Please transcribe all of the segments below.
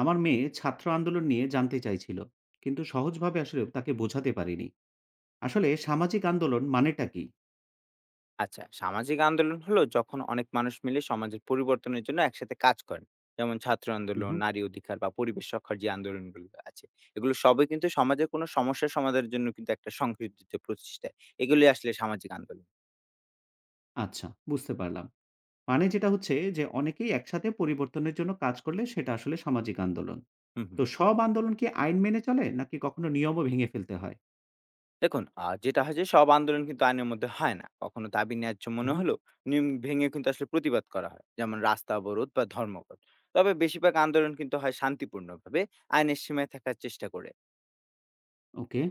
আমার মেয়ে ছাত্র আন্দোলন নিয়ে জানতে চাইছিল, কিন্তু সহজভাবে আসলে তাকে বোঝাতে পারিনি। আসলে সামাজিক আন্দোলন মানেটা কি? আচ্ছা, সামাজিক আন্দোলন হলো যখন অনেক মানুষ মিলে সমাজের পরিবর্তনের জন্য একসাথে কাজ করেন। যেমন ছাত্র আন্দোলন, হুম। নারী অধিকার বা পরিবেশ রক্ষার যে আন্দোলনগুলো আছে এগুলো সবই কিন্তু সমাজের কোনো সমস্যা সমাধানের জন্য কিন্তু একটা সংগঠিত প্রচেষ্টা। এগুলি আসলে সামাজিক আন্দোলন। আচ্ছা, বুঝতে পারলাম। মানে যেটা হচ্ছে যে অনেকেই একসাথে পরিবর্তনের জন্য কাজ করলে সেটা আসলে সামাজিক আন্দোলন। হুম হুম। তো সব আন্দোলন কি আইন মেনে চলে নাকি কখনো নিয়মও ভেঙে ফেলতে হয়? দেখুন যেটা হয় যে সব আন্দোলন কিন্তু আইনের মধ্যে হয় না, কখনো দাবি ন্যায্য মনে হুম। হলো নিয়ম ভেঙে কিন্তু আসলে প্রতিবাদ করা হয়, যেমন রাস্তা অবরোধ বা ধর্মঘট। তবে বেশিরভাগ আন্দোলন কিন্তু হয় শান্তিপূর্ণভাবে, আইনের সীমায় থাকার চেষ্টা করে। ওকে।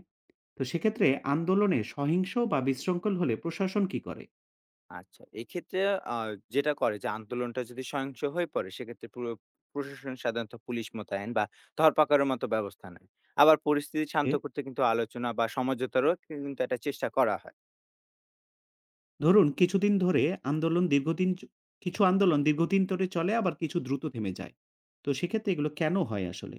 তো সেক্ষেত্রে আন্দোলনে সহিংস বা বিশৃঙ্খল হলে প্রশাসন কি করে? আচ্ছা। এক্ষেত্রে আ যেটা করে যে আন্দোলনটা যদি সহিংস হয়ে পড়ে সেক্ষেত্রে পুরো প্রশাসন সাধারণত পুলিশ মোতায়েন বা ধরপাকড়ের মতো ব্যবস্থা নেয়। আবার পরিস্থিতি শান্ত করতে কিন্তু আলোচনা বা সমঝোতারও কিন্তু একটা চেষ্টা করা হয়। ধরুন কিছুদিন ধরে আন্দোলন দীর্ঘদিন চ কিছু আন্দোলন দীর্ঘদিন ধরে চলে আবার কিছু দ্রুত থেমে যায়। তো সেক্ষেত্রে এগুলো কেন হয় আসলে?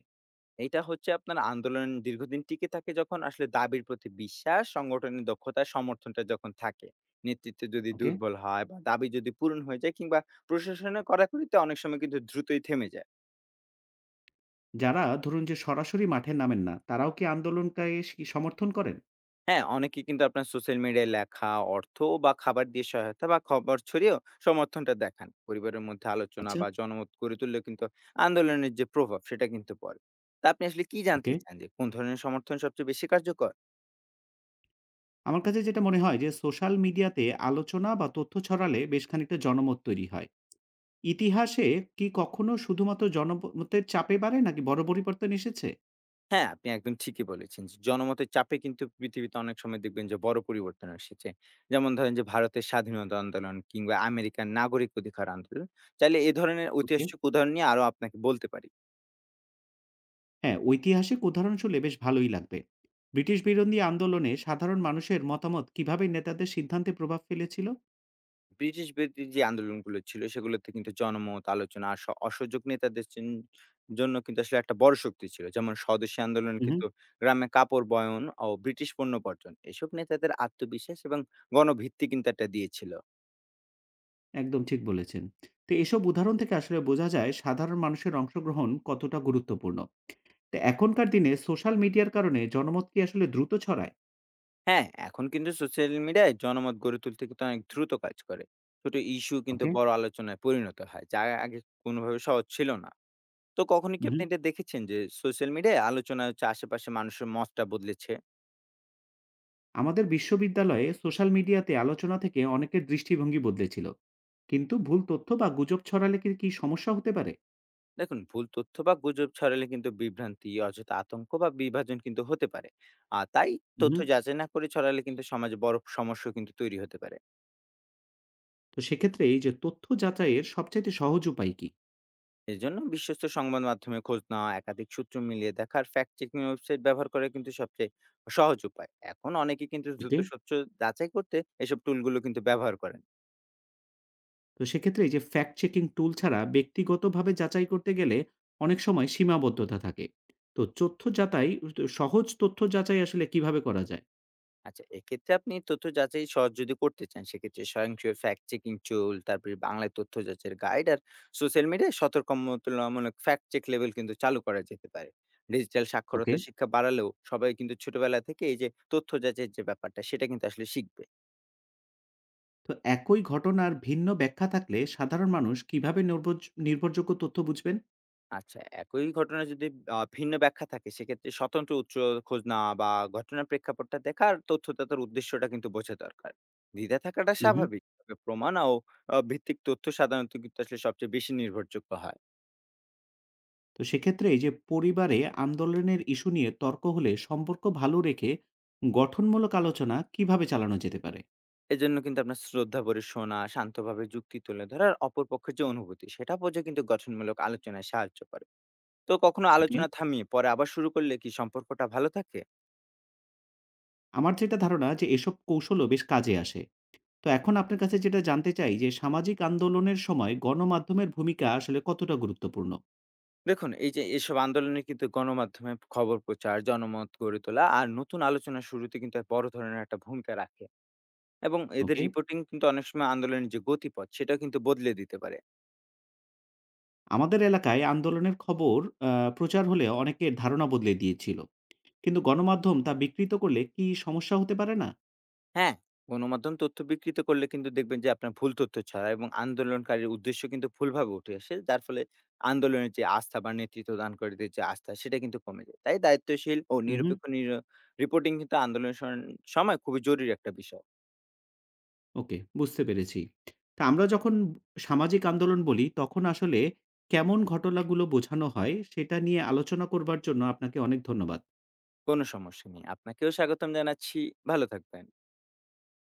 এটা হচ্ছে আপনার আন্দোলন দীর্ঘদিন টিকে থাকে যখন আসলে দাবির প্রতি বিশ্বাস, সংগঠনের দক্ষতা, সমর্থনটা যখন থাকে। নেতৃত্ব যদি ওকে। দুর্বল হয় বা দাবি যদি পূরণ হয়ে যায় কিংবা প্রশাসনের কড়াকড়িতে অনেক সময় কিন্তু দ্রুতই থেমে যায়। যারা ধরুন যে সরাসরি মাঠে নামেন না, তারাও কি আন্দোলনটাকে সমর্থন করেন? হ্যাঁ, অনেকে কিন্তু আপনার সোশ্যাল মিডিয়ায় লেখা, অর্থ বা খাবার দিয়ে সহায়তা বা খবর ছড়িয়েও সমর্থনটা দেখান। পরিবারের মধ্যে আলোচনা আচ্ছা। বা জনমত গড়ে তুললেও কিন্তু আন্দোলনের যে প্রভাব সেটা কিন্তু পড়ে। তা আপনি আসলে কি ওকে। জানতে চান যে কোন ধরনের সমর্থন সবচেয়ে বেশি কার্যকর? আমার কাছে যেটা মনে হয় যে সোশ্যাল মিডিয়াতে আলোচনা বা তথ্য ছড়ালে বেশ খানিকটা জনমত তৈরি হয়। ইতিহাসে কি কখনো শুধুমাত্র জনমতের চাপে বাড়ে নাকি বড় পরিবর্তন এসেছে? হ্যাঁ, আপনি একদম ঠিকই বলেছেন। যে জনমতের চাপে কিন্তু পৃথিবীতে অনেক সময় দেখবেন যে বড় পরিবর্তন এসেছে। যেমন ধরেন যে ভারতের স্বাধীনতা আন্দোলন কিংবা আমেরিকার নাগরিক অধিকার আন্দোলন। চাইলে এ ধরনের ওকে। ঐতিহাসিক উদাহরণ নিয়ে আরো আপনাকে বলতে পারি। হ্যাঁ, ঐতিহাসিক উদাহরণ শুনলে বেশ ভালোই লাগবে। ব্রিটিশ বিরোধী আন্দোলনে সাধারণ মানুষের মতামত কিভাবে নেতাদের সিদ্ধান্তে প্রভাব ফেলেছিল? ব্রিটিশ বিরোধী যে আন্দোলনগুলো ছিল সেগুলোতে কিন্তু জনমত, আলোচনা আর অসহযোগ নেতাদের চিন জন্য কিন্তু আসলে একটা বড় শক্তি ছিল। যেমন স্বদেশী আন্দোলন হুম, হুম। কিন্তু গ্রামে কাপড় বয়ন ও ব্রিটিশ পণ্য বর্জন। এসব নেতাদের আত্মবিশ্বাস এবং গণভিত্তি কিন্তু একটা দিয়েছিল। একদম ঠিক বলেছেন। তো এসব উদাহরণ থেকে আসলে বোঝা যায় সাধারণ মানুষের অংশগ্রহণ কতটা গুরুত্বপূর্ণ। তো এখনকার দিনে সোশ্যাল মিডিয়ার কারণে জনমত কি আসলে দ্রুত ছড়ায়? হ্যাঁ, এখন কিন্তু সোশ্যাল মিডিয়ায় জনমত গড়ে তুলতে কিন্তু অনেক দ্রুত কাজ করে। ছোট ইস্যু কিন্তু ওকে। বড় আলোচনায় পরিণত হয়, যা আগে কোনোভাবে সহজ ছিল না। তো কখনো কি হুম, হুম। আপনি এটা দেখেছেন যে সোশ্যাল মিডিয়ায় আলোচনা হচ্ছে আশেপাশে মানুষের মতটা বদলেছে? আমাদের বিশ্ববিদ্যালয়ে সোশ্যাল মিডিয়াতে আলোচনা থেকে অনেকের দৃষ্টিভঙ্গি বদলেছিল। কিন্তু ভুল তথ্য বা গুজব ছড়ালে কি কি সমস্যা হতে পারে? দেখুন, ভুল তথ্য বা গুজব ছড়ালে কিন্তু বিভ্রান্তি, অযথা আতঙ্ক বা বিভাজন কিন্তু হতে পারে। আর তাই হুম, তথ্য হুম। যাচাই না করে ছড়ালে কিন্তু সমাজে বড় সমস্যা কিন্তু তৈরি হতে পারে। তো সেক্ষেত্রে এই যে তথ্য যাচাইয়ের সবচাইতে সহজ উপায় কি? এজন্য বিশ্বস্ত সংবাদ মাধ্যমে খোঁজ নেওয়া, একাধিক সূত্র মিলিয়ে দেখার ফ্যাক্ট চেকিং ওয়েবসাইট ব্যবহার করা কিন্তু সবচেয়ে সহজ উপায়। এখন অনেকে কিন্তু দ্রুত ওকে। সত্য যাচাই করতে এসব টুলগুলো কিন্তু ব্যবহার করেন। তো সেক্ষেত্রে এই যে ফ্যাক্ট চেকিং টুল ছাড়া ব্যক্তিগতভাবে যাচাই করতে গেলে অনেক সময় সীমাবদ্ধতা থাকে। তো তথ্য যাচাই সহজ তথ্য যাচাই আসলে কিভাবে করা যায়? আচ্ছা, এক্ষেত্রে আপনি তথ্য যাচাই সহজ যদি করতে চান, সেক্ষেত্রে স্বয়ংক্রিয় ফ্যাক্ট চেকিং টুল, তারপরে বাংলায় তথ্য যাচাইয়ের গাইড আর সোশ্যাল মিডিয়ায় সতর্কমূলক ফ্যাক্ট চেক লেভেল কিন্তু চালু করা যেতে পারে। Digital okay. সাক্ষরতা শিক্ষা বাড়ালেও সবাই কিন্তু ছোটবেলা থেকে এই যে তথ্য যাচাইয়ের যে ব্যাপারটা, সেটা কিন্তু আসলে শিখবে। তো একই ঘটনার ভিন্ন ব্যাখ্যা থাকলে সাধারণ মানুষ কিভাবে নির্ভরযোগ্য তথ্য বুঝবেন? আচ্ছা, একই ঘটনা যদি ভিন্ন ব্যাখ্যা থাকে সেক্ষেত্রে স্বতন্ত্র উৎস খোঁজ নেওয়া বা ঘটনার প্রেক্ষাপটটা দেখা আর তথ্যদাতার উদ্দেশ্যটা কিন্তু বোঝা দরকার। দ্বিধা থাকাটা হুম, হুম। স্বাভাবিক। তবে প্রমাণ ও ভিত্তিক তথ্য সাধারণত কিন্তু আসলে সবচেয়ে বেশি নির্ভরযোগ্য হয়। তো সেক্ষেত্রে এই যে পরিবারে আন্দোলনের ইস্যু নিয়ে তর্ক হলে সম্পর্ক ভালো রেখে গঠনমূলক আলোচনা কিভাবে চালানো যেতে পারে? এজন্য কিন্তু আপনার শ্রদ্ধা ভরে শোনা, শান্তভাবে যুক্তি তুলে ধরা আর অপর পক্ষের যে অনুভূতি সেটা বোঝা কিন্তু গঠনমূলক আলোচনায় সাহায্য করে। তো কখনো ওকে। আলোচনা থামিয়ে পরে আবার শুরু করলে কি সম্পর্কটা ভালো থাকে? আমার যেটা ধারণা যে এসব কৌশলও বেশ কাজে আসে। তো এখন আপনার কাছে যেটা জানতে চাই যে সামাজিক আন্দোলনের সময় গণমাধ্যমের ভূমিকা আসলে কতটা গুরুত্বপূর্ণ? দেখুন, এই যে এসব আন্দোলনে কিন্তু গণমাধ্যমে খবর প্রচার, জনমত গড়ে তোলা আর নতুন আলোচনা শুরুতে কিন্তু এক বড় ধরনের একটা ভূমিকা রাখে, এবং এদের ওকে। রিপোর্টিং কিন্তু অনেক সময় আন্দোলনের যে গতিপথ সেটা কিন্তু বদলে দিতে পারে। আমাদের এলাকায় আন্দোলনের খবর আ প্রচার হলে অনেকের ধারণা বদলে দিয়েছিল। কিন্তু গণমাধ্যম তা বিকৃত করলে কি সমস্যা হতে পারে না? হ্যাঁ, গণমাধ্যম তথ্য বিকৃত করলে কিন্তু দেখবেন যে আপনার ভুল তথ্য ছড়ায় এবং আন্দোলনকারীর উদ্দেশ্য কিন্তু ভুলভাবে উঠে আসে। যার ফলে আন্দোলনের যে আস্থা বা নেতৃত্ব দানকারীদের যে আস্থা সেটা কিন্তু কমে যায়। তাই দায়িত্বশীল ও হু, হু। নিরপেক্ষ রিপোর্টিং কিন্তু আন্দোলনের সময় খুবই জরুরি একটা বিষয়। ওকে, বুঝতে পেরেছি। তা আমরা যখন সামাজিক আন্দোলন বলি তখন আসলে কেমন ঘটনাগুলো বোঝানো হয় সেটা নিয়ে আলোচনা করবার জন্য আপনাকে অনেক ধন্যবাদ। কোনো সমস্যা নেই। আপনাকেও স্বাগতম জানাচ্ছি। ভালো থাকবেন।